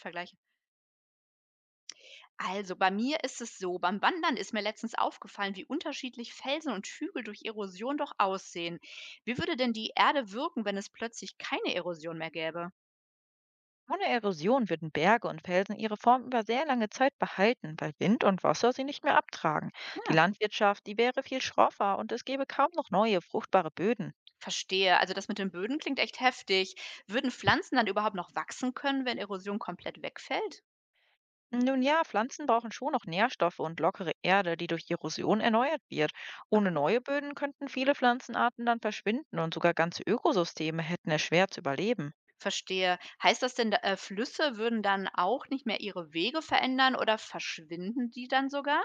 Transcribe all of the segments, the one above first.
Vergleiche. Also bei mir ist es so, beim Wandern ist mir letztens aufgefallen, wie unterschiedlich Felsen und Hügel durch Erosion doch aussehen. Wie würde denn die Erde wirken, wenn es plötzlich keine Erosion mehr gäbe? Ohne Erosion würden Berge und Felsen ihre Form über sehr lange Zeit behalten, weil Wind und Wasser sie nicht mehr abtragen. Die Ja, Landwirtschaft, die wäre viel schroffer und es gäbe kaum noch neue, fruchtbare Böden. verstehe. Also das mit den Böden klingt echt heftig. Würden Pflanzen dann überhaupt noch wachsen können, wenn Erosion komplett wegfällt? Nun ja, Pflanzen brauchen schon noch Nährstoffe und lockere Erde, die durch Erosion erneuert wird. Ohne Okay, neue Böden könnten viele Pflanzenarten dann verschwinden und sogar ganze Ökosysteme hätten es schwer zu überleben. verstehe. Heißt das denn, Flüsse würden dann auch nicht mehr ihre Wege verändern oder verschwinden die dann sogar?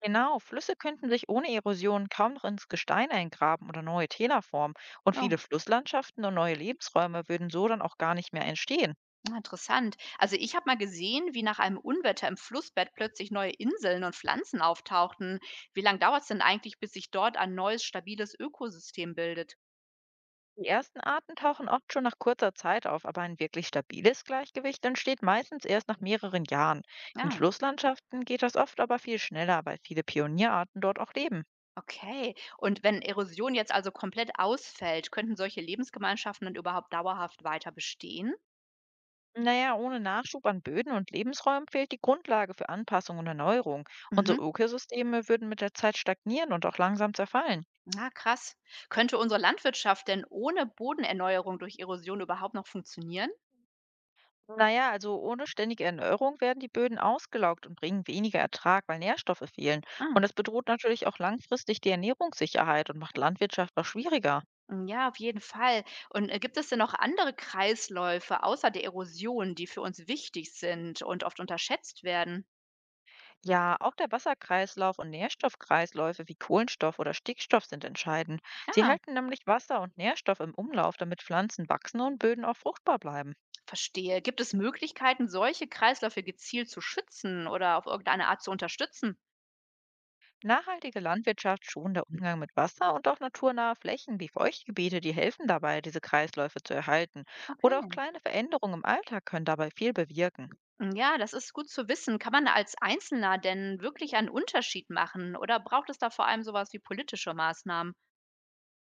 Genau, Flüsse könnten sich ohne Erosion kaum noch ins Gestein eingraben oder neue Täler formen. Und viele Flusslandschaften und neue Lebensräume würden so dann auch gar nicht mehr entstehen. Ah, interessant. Also ich habe mal gesehen, wie nach einem Unwetter im Flussbett plötzlich neue Inseln und Pflanzen auftauchten. Wie lange dauert es denn eigentlich, bis sich dort ein neues, stabiles Ökosystem bildet? Die ersten Arten tauchen oft schon nach kurzer Zeit auf, aber ein wirklich stabiles Gleichgewicht entsteht meistens erst nach mehreren Jahren. In Ja, Flusslandschaften geht das oft aber viel schneller, weil viele Pionierarten dort auch leben. okay. Und wenn Erosion jetzt also komplett ausfällt, könnten solche Lebensgemeinschaften dann überhaupt dauerhaft weiter bestehen? Naja, ohne Nachschub an Böden und Lebensräumen fehlt die Grundlage für Anpassung und Erneuerung. Unsere Mhm. Ökosysteme würden mit der Zeit stagnieren und auch langsam zerfallen. Na, krass. Könnte unsere Landwirtschaft denn ohne Bodenerneuerung durch Erosion überhaupt noch funktionieren? Na ja, also ohne ständige Erneuerung werden die Böden ausgelaugt und bringen weniger Ertrag, weil Nährstoffe fehlen. Ah. Und das bedroht natürlich auch langfristig die Ernährungssicherheit und macht Landwirtschaft auch schwieriger. Hm, ja, auf jeden Fall. Und, gibt es denn noch andere Kreisläufe außer der Erosion, die für uns wichtig sind und oft unterschätzt werden? Ja, auch der Wasserkreislauf und Nährstoffkreisläufe wie Kohlenstoff oder Stickstoff sind entscheidend. Sie Ah, halten nämlich Wasser und Nährstoff im Umlauf, damit Pflanzen wachsen und Böden auch fruchtbar bleiben. verstehe. Gibt es Möglichkeiten, solche Kreisläufe gezielt zu schützen oder auf irgendeine Art zu unterstützen? Nachhaltige Landwirtschaft, schonender Umgang mit Wasser und auch naturnahe Flächen wie Feuchtgebiete, die helfen dabei, diese Kreisläufe zu erhalten. Oder auch Okay. kleine Veränderungen im Alltag können dabei viel bewirken. Hm, ja, das ist gut zu wissen. Kann man da als Einzelner denn wirklich einen Unterschied machen oder braucht es da vor allem sowas wie politische Maßnahmen?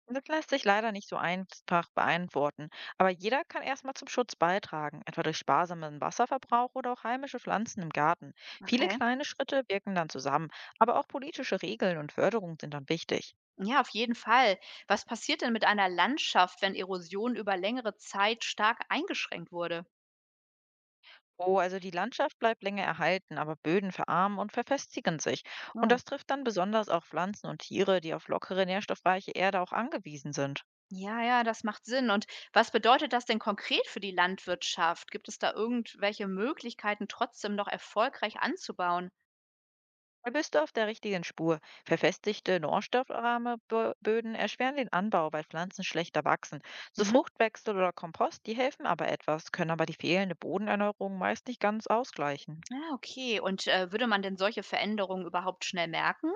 Das lässt sich leider nicht so einfach beantworten, aber jeder kann erstmal zum Schutz beitragen, etwa durch sparsamen Wasserverbrauch oder auch heimische Pflanzen im Garten. Viele Okay. kleine Schritte wirken dann zusammen, aber auch politische Regeln und Förderung sind dann wichtig. Ja, auf jeden Fall. Was passiert denn mit einer Landschaft, wenn Erosion über längere Zeit stark eingeschränkt wurde? Oh, also die Landschaft bleibt länger erhalten, aber Böden verarmen und verfestigen sich. Und Oh. das trifft dann besonders auch Pflanzen und Tiere, die auf lockere, nährstoffreiche Erde auch angewiesen sind. Ja, ja, das macht Sinn. Und was bedeutet das denn konkret für die Landwirtschaft? Gibt es da irgendwelche Möglichkeiten, trotzdem noch erfolgreich anzubauen? Da bist du auf der richtigen Spur. Verfestigte, nährstoffarme Böden erschweren den Anbau, weil Pflanzen schlechter wachsen. So Mhm. Fruchtwechsel oder Kompost, die helfen aber etwas, können aber die fehlende Bodenerneuerung meist nicht ganz ausgleichen. Ah, okay. Und würde man denn solche Veränderungen überhaupt schnell merken?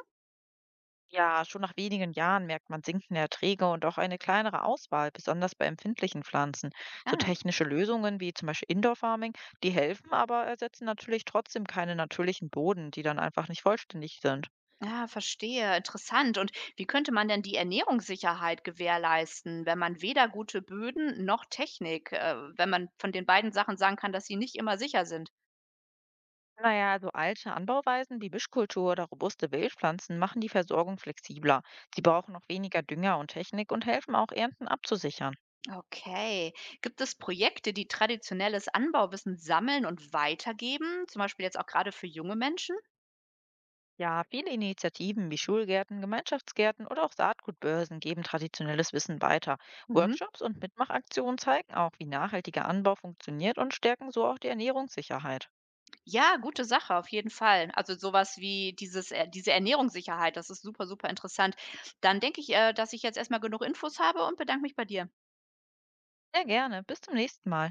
Ja, schon nach wenigen Jahren merkt man sinkende Erträge und auch eine kleinere Auswahl, besonders bei empfindlichen Pflanzen. So Ah, technische Lösungen wie zum Beispiel Indoor Farming, die helfen, aber ersetzen natürlich trotzdem keine natürlichen Boden, die dann einfach nicht vollständig sind. ah, verstehe. Interessant. Und wie könnte man denn die Ernährungssicherheit gewährleisten, wenn man weder gute Böden noch Technik, wenn man von den beiden Sachen sagen kann, dass sie nicht immer sicher sind? Naja, so alte Anbauweisen wie Mischkultur oder robuste Wildpflanzen machen die Versorgung flexibler. Sie brauchen auch weniger Dünger und Technik und helfen auch, Ernten abzusichern. Okay. Gibt es Projekte, die traditionelles Anbauwissen sammeln und weitergeben, zum Beispiel jetzt auch gerade für junge Menschen? Ja, viele Initiativen wie Schulgärten, Gemeinschaftsgärten oder auch Saatgutbörsen geben traditionelles Wissen weiter. Mhm. Workshops und Mitmachaktionen zeigen auch, wie nachhaltiger Anbau funktioniert und stärken so auch die Ernährungssicherheit. Ja, gute Sache, auf jeden Fall. Also sowas wie diese Ernährungssicherheit, das ist super, super interessant. Dann denke ich, dass ich jetzt erstmal genug Infos habe und bedanke mich bei dir. Sehr gerne. Bis zum nächsten Mal.